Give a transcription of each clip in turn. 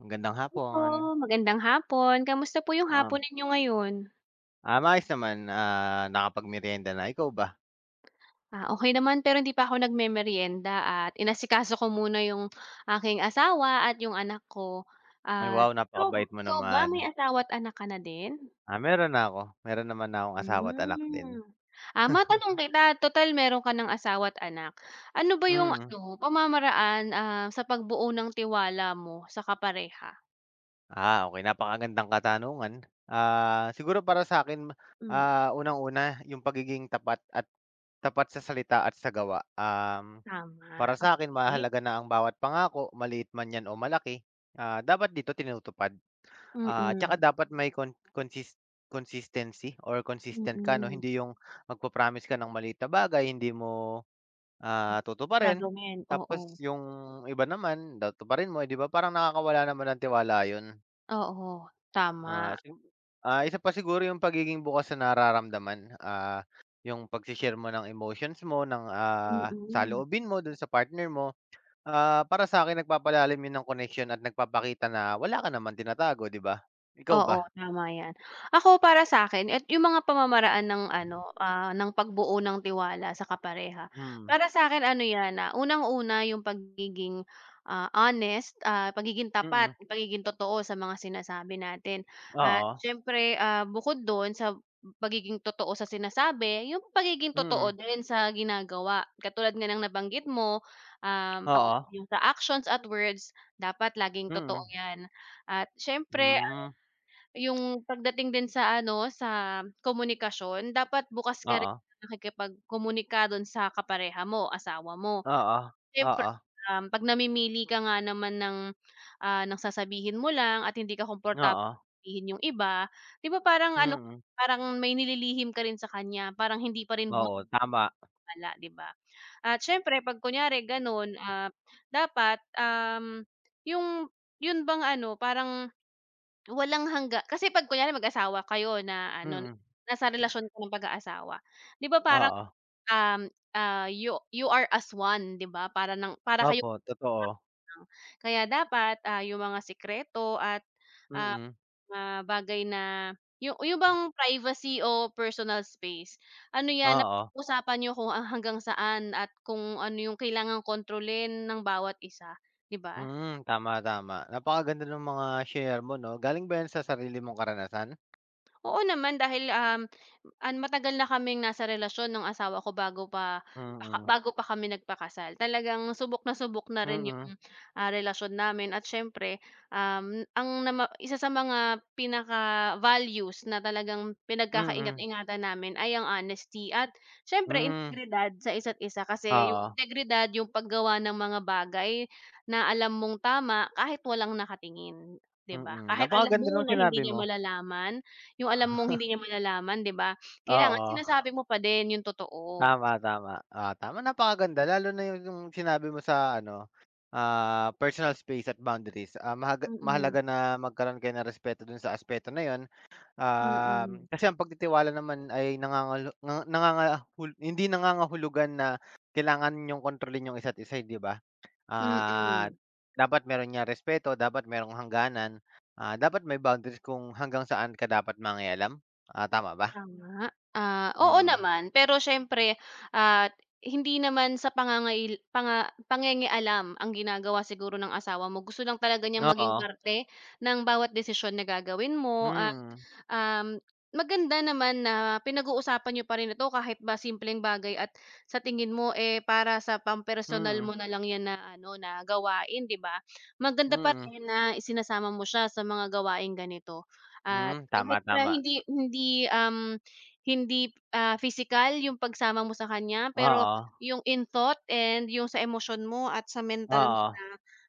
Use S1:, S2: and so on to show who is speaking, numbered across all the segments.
S1: Magandang hapon.
S2: Oo, magandang hapon. Kamusta po yung hapon
S1: Um,
S2: ninyo ngayon?
S1: Maayos naman, nakapagmeryenda na. Ikaw ba?
S2: Okey naman pero hindi pa ako nagmemeryenda at inasikaso ko muna yung aking asawa at yung anak ko.
S1: Ay,
S2: At
S1: wow,
S2: ikaw
S1: napakabait mo
S2: ikaw ba
S1: naman.
S2: may asawa at anak ka na din?
S1: Meron na ako. Meron naman na akong asawa at anak din.
S2: Hmm. Matanong kita, total meron ka ng asawa at anak. Ano ba yung
S1: Mm.
S2: pamamaraan, sa pagbuo ng tiwala mo sa kapareha?
S1: Okay, napakagandang katanungan. Siguro para sa'kin,
S2: Hmm,
S1: unang-una yung pagiging tapat at tapat sa salita at sa gawa.
S2: tama,
S1: Para sa akin
S2: okey.
S1: mahalaga na ang bawat pangako, maliit man 'yan o malaki, dapat dito tinutupad. Tsaka
S2: Mm.
S1: dapat may consistency or consistent ka 'no,
S2: Mm.
S1: hindi yung magpo-promise ka ng maliit na bagay hindi mo, tutuparin.
S2: Gagawin, oo.
S1: Tapos yung iba naman tutuparin mo, eh, 'di ba parang nakakawala naman ng tiwala yun.
S2: Oo,
S1: Ah,
S2: tama.
S1: sig Isa pa siguro yung pagiging bukas sa nararamdaman, yung pagse-share mo ng emotions mo, ng,
S2: Mm.
S1: saloobin mo dun sa partner mo. Para sa akin nagpapalalim yun ng koneksyon at nagpapakita na wala ka naman tinatago, 'di ba? Ikaw
S2: Oo,
S1: ba?
S2: tama 'yan. Ako, para sa akin, at yung mga pamamaraan ng ng pagbuo ng tiwala sa kapareha.
S1: Hmm.
S2: Para sa akin ano 'yan, unang-una yung pagiging honest, pagiging
S1: Mm,
S2: tapat, pagiging totoo sa mga sinasabi natin. At
S1: oo,
S2: siyempre, bukod do'n sa pagiging totoo sa sinasabi, yung pagiging totoo
S1: mm,
S2: din sa ginagawa. Katulad nga ng nabanggit mo, parang
S1: oo,
S2: yung sa actions at words dapat laging totoo
S1: mm,
S2: 'yan. At siyempre
S1: hmm,
S2: yung pagdating din sa ano, sa komunikasyon dapat bukas ka rin
S1: oo,
S2: nakikipagkomunika dun sa kapareha mo, asawa mo.
S1: oo,
S2: Siyempre,
S1: oo,
S2: 'pag namimili ka nga naman ng, ng sasabihin mo lang at hindi ka komportable
S1: oo,
S2: sabihin yung iba, 'di ba parang ano,
S1: mm,
S2: parang may nililihim ka rin sa kanya, parang hindi pa rin
S1: oo, tama,
S2: gumagala, 'di ba? At siyempre 'pag kunyari gano'n, ah, dapat, um, yung yun bang ano, parang walang hangga kasi 'pag kunyari mag-asawa kayo na ano,
S1: mm,
S2: nasa relasyon ka ng pag-aasawa, 'di ba parang,
S1: oo,
S2: um, you are as one, 'di ba? Para kayong
S1: opo,
S2: alang.
S1: totoo,
S2: Kaya dapat, yung mga sikreto at, ah,
S1: mm,
S2: mga bagay na yung bang privacy o personal space, ano 'yan,
S1: oo,
S2: napag-usapan niyo kung hanggang saan at kung ano yung kailangang kontrolin ng bawat isa, 'di ba?
S1: hmm, tama, tama. Napakaganda ng mga share mo 'no, galing ba 'yan sa sarili mong karanasan?
S2: Oo naman, dahil um, An matagal na kaming nasa relasyon ng asawa ko bago pa
S1: Mm,
S2: bago pa kami nagpakasal. Talagang subok na rin yung,
S1: mm,
S2: relasyon namin, at siyempre, um, ang nama isa sa mga pinaka-values na talagang
S1: mm,
S2: pinagkakaingat-ingatan namin ay ang honesty at siyempre
S1: hmm,
S2: integridad sa isa't isa. Kasi yung
S1: oo,
S2: integridad, yung paggawa ng mga bagay na alam mong tama kahit walang nakatingin, 'di ba?
S1: mm,
S2: Kahit alam
S1: napakaganda
S2: mo
S1: nung
S2: na hindi
S1: sinabi
S2: niya
S1: mo,
S2: malalaman, yung alam mong hindi niya malalaman, 'di ba? Kailangan
S1: oo.
S2: sinasabi mo pa din yung totoo.
S1: Tama, tama. Tama, napakaganda lalo na yung sinabi mo sa ano, personal space at boundaries. Mahaga
S2: Mm.
S1: mahalaga na magkaroon kayo ng respeto dun sa aspeto na yun.
S2: Mm.
S1: Kasi ang pagtitiwala naman ay nangangalu na nangangahul hindi nangangahulugan na kailangan niyong kontrolin yung isa't isa, eh, 'di ba? Ah,
S2: Mm.
S1: Dapat meron niyang respeto, dapat merong hangganan, dapat may boundaries kung hanggang saan ka dapat mangialam. Tama ba?
S2: Tama, oo
S1: Mm.
S2: naman, pero siyempre at hindi naman sa pangangail panga pangingialam ang ginagawa siguro ng asawa mo, gusto lang talaga niyang maging
S1: Oo.
S2: parte ng bawat desisyon na gagawin mo, at
S1: Mm,
S2: um, maganda naman na pinag-uusapan niyo pa rin ito kahit ba simpleng bagay, at sa tingin mo, eh, para sa pampersonal
S1: mm.
S2: mo na lang 'yan na ano na gawain, 'di ba? Maganda pa
S1: Mm,
S2: rin na isinasama mo siya sa mga gawaing ganito. At
S1: hmm, tama,
S2: kahit na
S1: tama.
S2: hindi hindi, um, hindi, ah, pisikal yung pagsama mo sa kanya, pero
S1: Oo,
S2: yung in thought and yung sa emosyon mo at sa mental mo
S1: oo,
S2: na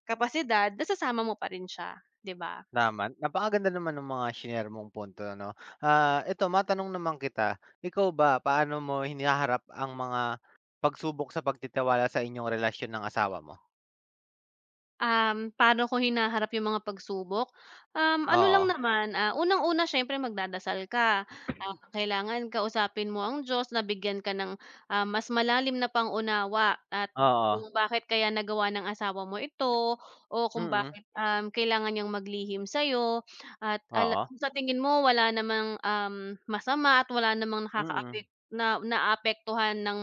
S2: kapasidad, nasasama mo pa rin siya, 'di ba?
S1: tama. Napakaganda naman ng mga shinare mong punto 'no. Eto matanong naman kita, ikaw ba paano mo hinaharap ang mga pagsubok sa pagtitiwala sa inyong relasyon ng asawa mo?
S2: Paano ko hinaharap yung mga pagsubok? Um, ano lang Mm.
S1: Oo,
S2: Naman, unang-una siyempre magdadasal ka. Kailangan kausapin mo ang Diyos na bigyan ka ng, mas malalim na pangunawa at
S1: oo,
S2: kung bakit kaya nagawa ng asawa mo ito o kung
S1: mm,
S2: bakit, kailangan niyang maglihim sa'yo, at ala
S1: oo,
S2: sa tingin mo wala namang, masama at wala namang
S1: mm,
S2: nakakaapek na naapektuhan ng,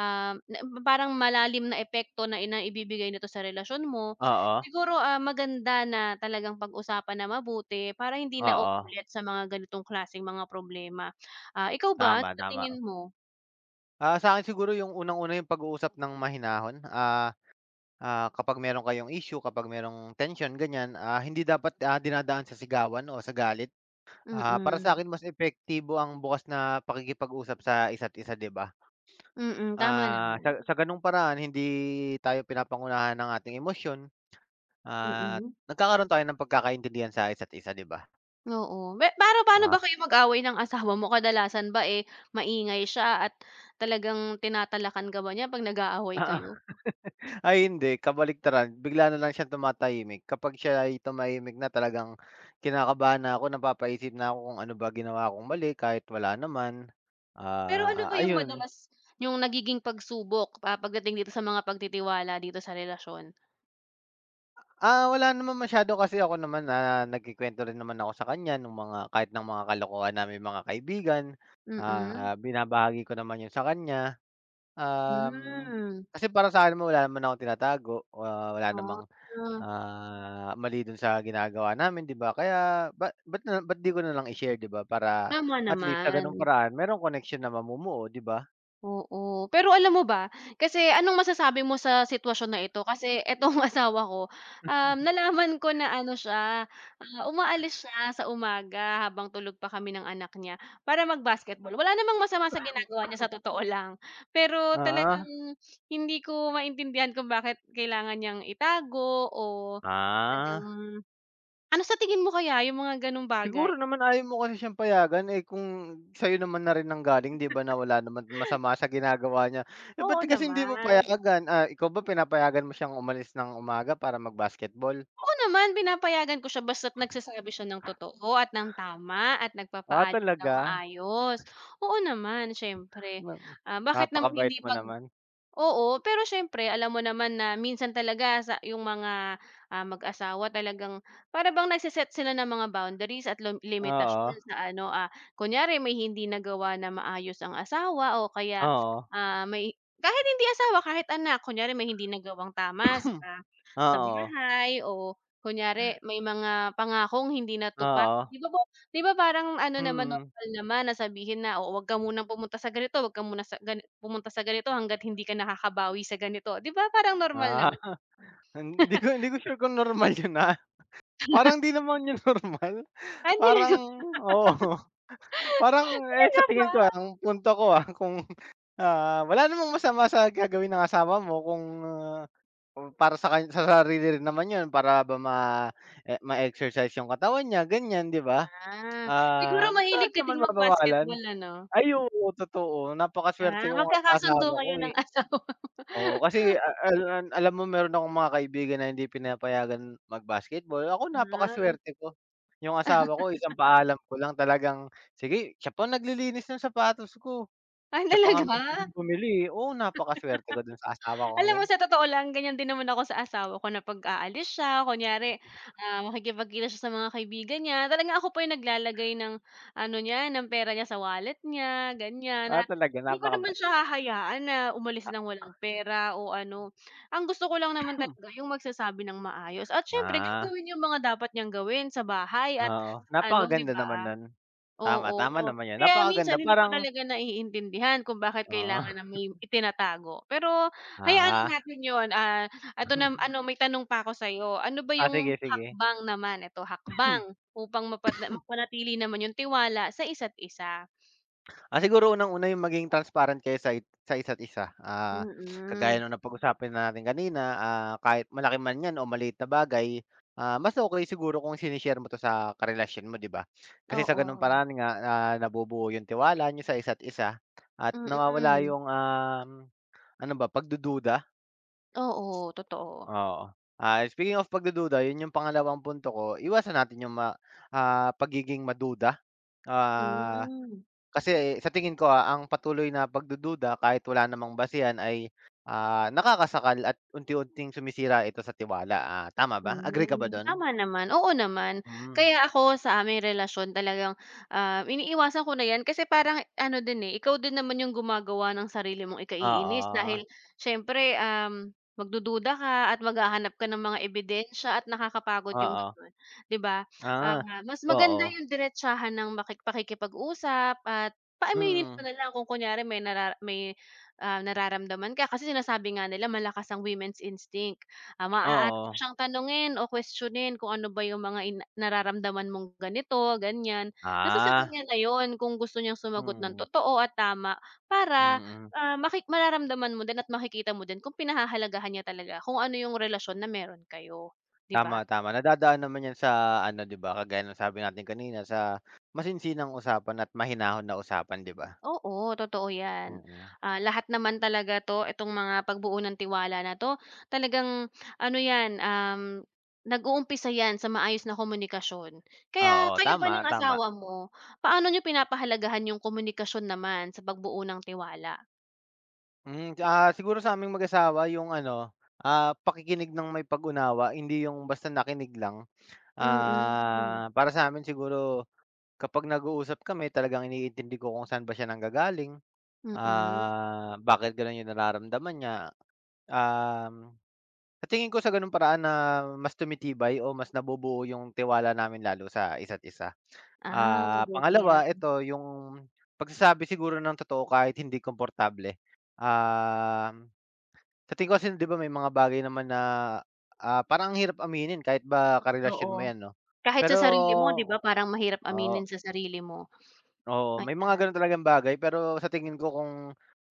S2: um, na parang malalim na epekto na i na ibibigay nito sa relasyon mo.
S1: oo,
S2: Siguro, maganda na talagang pag-usapan na mabuti para hindi na
S1: oo,
S2: uulit sa mga ganitong klaseng mga problema. Ikaw ba, ano
S1: tama,
S2: sa
S1: tama.
S2: tingin mo?
S1: Sa'kin siguro yung unang-una yung pag-uusap ng mahinahon, kapag meron kayong issue, kapag merong tension, ganyan, hindi dapat, dinadaan sa sigawan o sa galit. Para sa
S2: Mm.
S1: akin mas epektibo ang bukas na pakikipag-usap sa isa't isa, 'di ba?
S2: Mm, tama naman.
S1: Sa gano'ng paraan hindi tayo pinapangunahan ng ating emosyon at
S2: Mm.
S1: nagkakaroon tayo ng pagkakaintindihan sa isa't isa, 'di ba?
S2: Oo. Me pero paano ba
S1: At
S2: kayo mag-away ng asawa mo? Kadalasan ba, eh, maingay siya at talagang tinatalakan ka ba niya 'pag nag-aaway kayo?
S1: ay hindi, kabaliktaran bigla na lang siyang tumatahimik. Kapag siya ay tumahimik na talagang kinakabahan na ako, napapaisip na ako kung ano ba ginawa kong mali kahit wala naman.
S2: Pero ano ba yung
S1: Ayun.
S2: madalas yung nagiging pagsubok, pagdating dito sa mga pagtitiwala dito sa relasyon?
S1: Wala naman masyado kasi ako naman, na nagkukuwento rin naman ako sa kanya nung mga kahit ng mga kalokohan naming mga kaibigan,
S2: Mm-mm.
S1: binabahagi ko naman 'yun sa kanya. Um,
S2: Mm.
S1: Kasi para sa akin naman wala naman akong tinatago, wala
S2: Hmm.
S1: namang,
S2: Ah.
S1: mali dun sa ginagawa namin, 'di ba? Kaya ba't 'di ko na lang i-share, 'di ba? Para
S2: Tama
S1: at least sa
S2: naman.
S1: gano'ng paraan merong connection na mamumuo, 'di ba?
S2: Oo. Pero alam mo ba, kasi anong masasabi mo sa sitwasyon na ito? Kasi itong asawa ko, nalaman ko na ano siya, umaalis siya sa umaga habang tulog pa kami ng anak niya para mag-basketball. Wala namang masama sa ginagawa niya sa totoo lang, pero
S1: Oo.
S2: talagang hindi ko maintindihan kung bakit kailangan niyang itago, o
S1: Ah.
S2: talagang ano sa tingin mo kaya yung mga gano'ng bagay?
S1: Siguro naman ayaw mo kasi siyang payagan, eh, kung sa'yo naman na rin nanggaling 'di ba, na wala naman masama sa ginagawa niya. Eh, ba't
S2: Oo
S1: kasi hindi mo
S2: naman.
S1: payagan? Ikaw ba pinapayagan mo siyang umalis ng umaga para mag-basketball?
S2: Oo naman, pinapayagan ko siya basta't nagsasabi siya ng totoo at ng tama at nagpapaalam ng
S1: Talaga?
S2: maayos. Oo naman, siyempre.
S1: Naku,
S2: Bakit naman
S1: napakabait
S2: hindi
S1: mo
S2: 'pag
S1: naman.
S2: oo, pero siyempre alam mo naman na minsan talaga sa yung mga, mag-asawa talagang para bang nagse sila ng mga boundaries at
S1: Oo,
S2: limitasyon sa ano, kunyari may hindi nagawa na maayos ang asawa o kaya,
S1: oo.
S2: ah, may kahit hindi asawa, kahit anak, kunyari may hindi nagawang tama sa
S1: Oo,
S2: Hi, o kunyari may mga pangakong hindi natupad.
S1: oo,
S2: 'Di ba po 'di ba parang ano naman,
S1: mm.
S2: normal naman na sabihin na, "O, huwag ka munang pumunta sa ganito, huwag ka muna sa gani pumunta sa ganito hangga't hindi ka nakakabawi sa ganito." 'Di ba parang normal
S1: Ah,
S2: naman?
S1: hindi ko sure kung normal yun, ah. Parang 'di naman yun normal.
S2: Talaga
S1: Parang
S2: ba?
S1: oo, parang, eh,
S2: Talaga
S1: sa tingin
S2: ba?
S1: ko, ang punto ko, kung oo, wala namang masama sa gagawin ng asawa mo kung, kung para sa kan sa sarili rin naman 'yun para ba ma e ma-exercise 'yung katawan niya ganiyan, 'di ba?
S2: Ah, Siguro mahilig
S1: Bakit
S2: ka
S1: naman
S2: din
S1: babawalan?
S2: mag-basketball, ano?
S1: Ay, oo, totoo napakasuwerte ko nga sa
S2: Magkakasundo
S1: asawa ko,
S2: kayo ng
S1: eh.
S2: asawa mo.
S1: Oo, kasi a al alam mo meron akong mga kaibigan na hindi pinapayagan mag-basketball, ako
S2: Ah,
S1: napakasuwerte ko. 'Yung asawa ko isang paalam ko lang talagang, sige siya pa naglilinis ng sapatos ko. Siya pa nga
S2: Talaga?
S1: minsan yung bumili, eh. Oo, napakasuwerte ko dun sa asawa kong
S2: Alam
S1: yun.
S2: mo sa totoo lang ganyan din naman ako sa asawa ko na 'pag aalis siya kunyari, makikipagkita siya sa mga kaibigan niya, talaga ako pa yung naglalagay ng ano niya, ng pera niya sa wallet niya, ganyan. At
S1: Talaga
S2: hindi ko naman
S1: napakabait.
S2: siya hahayaan na umalis ng walang pera o ano. Ang gusto ko lang naman talaga yung magsasabi ng maayos at syempre
S1: Ah,
S2: gagawin yung mga dapat niyang gawin sa bahay at
S1: Oo.
S2: ano, 'di
S1: Napakaganda naman
S2: ba?
S1: nun. Tama, tama
S2: Oo,
S1: naman yun.
S2: kaya
S1: Napakaganda
S2: minsan hindi ko
S1: parang
S2: talaga naiintindihan kung bakit
S1: oo.
S2: kailangan na may itinatago. Pero hayaan na
S1: Ah.
S2: natin yon. Ah, eto na ano, may tanong pa ako sa'yo: ano ba yung
S1: Sige, sige.
S2: hakbang naman, eto hakbang upang mapanatili naman yung tiwala sa isa't isa?
S1: Siguro unang-una yung maging transparent kayo sa isa't isa. Kagaya
S2: Mm.
S1: nung napag-usapan natin kanina, kahit malaki man 'yan o maliit na bagay, mas okay siguro kung sinishare mo 'to sa karelasyon mo, 'di ba? Kasi sa gano'ng
S2: Oo.
S1: paraan nga, nabubuo yung tiwala nyo sa isa't isa at nawawala
S2: Mm.
S1: yung, ano ba, pagdududa,
S2: Oo, totoo.
S1: oo. Speaking of pagdududa, yun yung pangalawang punto ko, iwasan natin yung pagiging maduda. Ah,
S2: Hmm.
S1: Kasi sa tingin ko, ang patuloy na pagdududa kahit wala namang basehan ay, nakakasakal at unti-unting sumisira ito sa tiwala, tama ba? Agree ka ba
S2: Hmm,
S1: dun?
S2: tama naman. Oo naman.
S1: Hmm,
S2: Kaya ako sa aming relasyon talagang, iniiwasan ko na 'yan kasi parang ano din, eh, ikaw din naman yung gumagawa ng sarili mong ikaiinis
S1: oo,
S2: dahil Oo. Siyempre, magdududa ka at maghahanap ka ng mga ebidensya at nakakapagod yung
S1: oo,
S2: gano'n, 'di ba?
S1: ah,
S2: Mas maganda
S1: oo,
S2: yung diretsahan ng pakikipag-usap at paaminin mo
S1: mm,
S2: na lang kung kunyari may, nararamdaman ka, kasi sinasabi nga nila malakas ang women's instinct. Maaari mo
S1: oo,
S2: siyang tanungin o questionin kung ano ba yung mga nararamdaman mong ganito, ganyan. Nasa sa
S1: ah,
S2: kanya na yon kung gusto niyang sumagot ng
S1: mm,
S2: totoo at tama para,
S1: mm.
S2: ah, maki mararamdaman mo din at makikita mo din kung pinahahalagahan niya talaga kung ano yung relasyon na meron kayo, 'di ba?
S1: Tama, tama nadadaan naman yan sa ano, 'di ba, kagaya ng sabi natin kanina sa masinsinang usapan at mahinahon na usapan, 'di ba?
S2: Oo, totoo 'yan.
S1: Mm,
S2: Lahat naman talaga 'to, itong mga pagbuo ng tiwala na 'to, talagang ano 'yan, nag-uumpisa 'yan sa maayos na komunikasyon. Kaya
S1: oo,
S2: kayo ba
S1: tama,
S2: ng
S1: tama.
S2: asawa mo, paano niyo pinapahalagahan yung komunikasyon naman sa pagbuo ng tiwala?
S1: Siguro sa'ming mag-asawa yung ano, pakikinig ng may pag-unawa, hindi yung basta nakinig lang.
S2: Mm.
S1: Para sa amin siguro kapag nag-uusap kami talagang iniintindi ko kung saan ba siya nanggagaling,
S2: Mm.
S1: bakit gano'n yung nararamdaman niya. Um, sa tingin ko sa gano'ng paraan na mas tumitibay o mas nabubuo yung tiwala namin lalo sa isa't isa.
S2: Mabuti
S1: Pangalawa,
S2: 'yan,
S1: ito yung pagsasabi siguro ng totoo kahit hindi komportable. Ah. Sa tingin ko kasi 'di ba may mga bagay naman na, parang ang hirap aminin kahit ba karelasyon
S2: oo.
S1: mo 'yan 'no.
S2: Kahit sa
S1: Pero
S2: sarili mo 'di ba, parang mahirap
S1: oo,
S2: aminin sa sarili mo,
S1: oo, may mga
S2: ayan.
S1: gano'n talagang bagay pero sa tingin ko kung,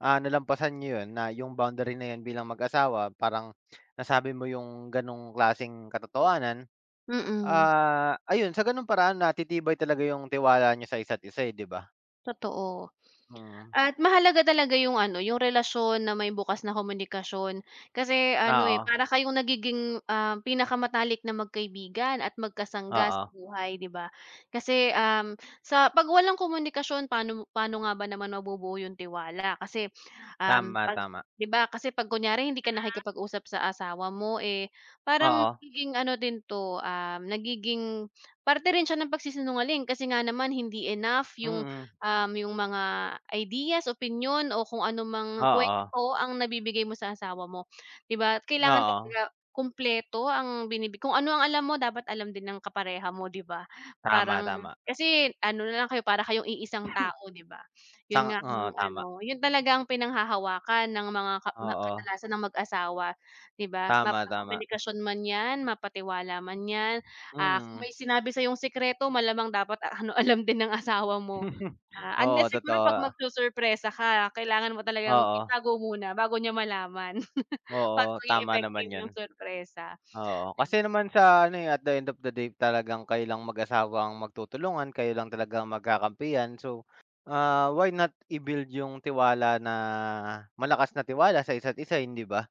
S1: nalampasan niyo 'yun na yung boundary na 'yun bilang mag-asawa parang nasabi mo yung gano'ng klaseng katotohanan,
S2: Mm,
S1: ayun sa gano'ng paraan natitibay talaga yung tiwala niyo sa isa't isa, eh, 'di ba?
S2: totoo.
S1: Mm,
S2: At mahalaga talaga yung ano, yung relasyon na may bukas na komunikasyon. Kasi ano, eh, para
S1: oo,
S2: kayong nagiging, pinakamatalik na magkaibigan at magkasangga sa
S1: oo,
S2: buhay, 'di ba? Kasi, sa 'pag walang komunikasyon, paano paano nga ba naman mabubuo yung tiwala? Kasi, um,
S1: tama,
S2: 'pag
S1: tama.
S2: 'di ba, kasi 'pag kunyari hindi ka nakikipag-usap sa asawa mo, eh, parang
S1: Oo,
S2: nagiging ano din 'to, nagiging parte rin siya ng pagsisinungaling kasi nga naman hindi enough yung
S1: mm,
S2: yung mga ideas, opinyon o kung ano mang
S1: oo,
S2: kwento ang nabibigay mo sa asawa mo, 'di ba? Kailangan
S1: oo,
S2: talaga kumpleto ang binibig. Kung ano ang alam mo dapat alam din ng kapareha mo, 'di ba?
S1: tama,
S2: Parang
S1: tama.
S2: kasi ano na lang kayo, para kayong iisang tao, 'di ba?
S1: Sang
S2: Yun nga
S1: oo,
S2: ang
S1: tama.
S2: ano, yun talaga ang pinanghahawakan ng mga ka ma
S1: Oo,
S2: kadalasan ng mag-asawa, 'di ba?
S1: tama, tama.
S2: Mapakomunikasyon man 'yan, mapatiwala man 'yan, kung
S1: Mm.
S2: may sinabi sa yung sikreto malamang dapat ah, ano, alam din ng asawa mo. Unless
S1: Oo,
S2: siguro 'pag
S1: totoo.
S2: magsusurpresa ka kailangan mo talagang
S1: Oo,
S2: itago muna bago niya malaman para
S1: oo,
S2: maging
S1: tama naman
S2: effective
S1: 'yun.
S2: yung surpresa.
S1: Oo, kasi naman sa ano, eh, at the end of the day talagang kayo lang mag-asawa ang magtutulungan, kayo lang talaga ang magkakampihan. So, why not i-build yung tiwala na malakas na tiwala sa isa't isa, hindi ba?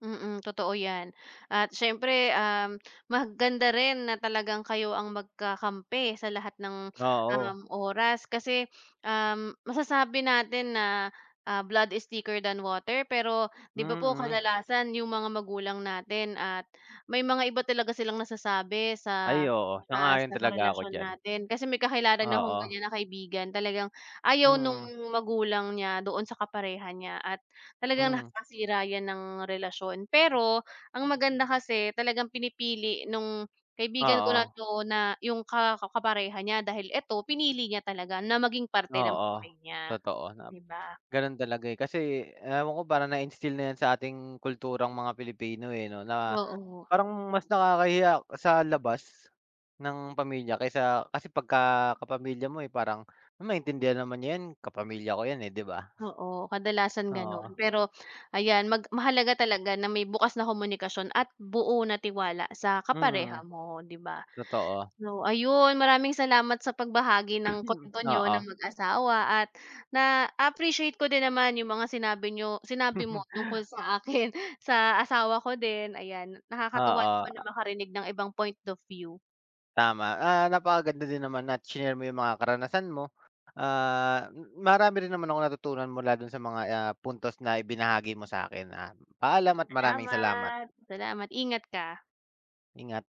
S2: Mm, totoo 'yan. At siyempre, maganda rin na talagang kayo ang magkakampi sa lahat ng,
S1: Oo,
S2: oras kasi, masasabi natin na, blood is thicker than water, pero 'di ba po
S1: mm.
S2: kadalasan yung mga magulang natin at may mga iba talaga silang nasasabi
S1: Ay,
S2: sa,
S1: oo, sang-ayon
S2: sa
S1: talaga ako
S2: karelasyon
S1: diyan.
S2: natin. Kasi may kakilala na akong
S1: Oo,
S2: ganyan na kaibigan, talagang ayaw nung
S1: mm-mm,
S2: magulang niya doon sa kapareha niya, at talagang
S1: mm, hmm.
S2: nakakasira 'yan ng relasyon. Pero ang maganda, kasi talagang pinipili nung kaibigan ko na
S1: Oo,
S2: 'to na yung kapareha niya, dahil eto pinili niya talaga na maging parte ng
S1: oo,
S2: buhay niya,
S1: totoo.
S2: 'di ba?
S1: Gano'n talaga, eh, kasi ewan ko parang na-instill na 'yan sa ating kulturang mga Pilipino, eh, 'no, na
S2: Oo,
S1: parang mas nakakahiya sa labas ng pamilya kaysa kasi pagka kapamilya mo, eh, parang "Ah, maintindihan naman niya 'yan, kapamilya ko 'yan, eh, 'di ba?"
S2: oo, kadalasan gano'n.
S1: Oo,
S2: Pero ayan, mahalaga talaga na may bukas na komunikasyon at buo na tiwala sa kapareha
S1: mm,
S2: mo, 'di ba?
S1: totoo.
S2: No, ayun, maraming salamat sa pagbahagi ng kuwento niyo ng
S1: Oo,
S2: mag-asawa, at na-appreciate ko din naman yung mga sinabi niyo, sinabi mo tungkol sa akin, sa asawa ko din, ayan. Nakakatuwa
S1: oo,
S2: naman na makarinig ng ibang point of view.
S1: tama. Napakaganda din naman na shinare mo yung mga karanasan mo. Marami rin naman akong natutunan mula do'n sa mga, puntos na ibinahagi mo sa akin. Paalam at maraming salamat.
S2: Salamat. Salamat, ingat ka.
S1: Yun.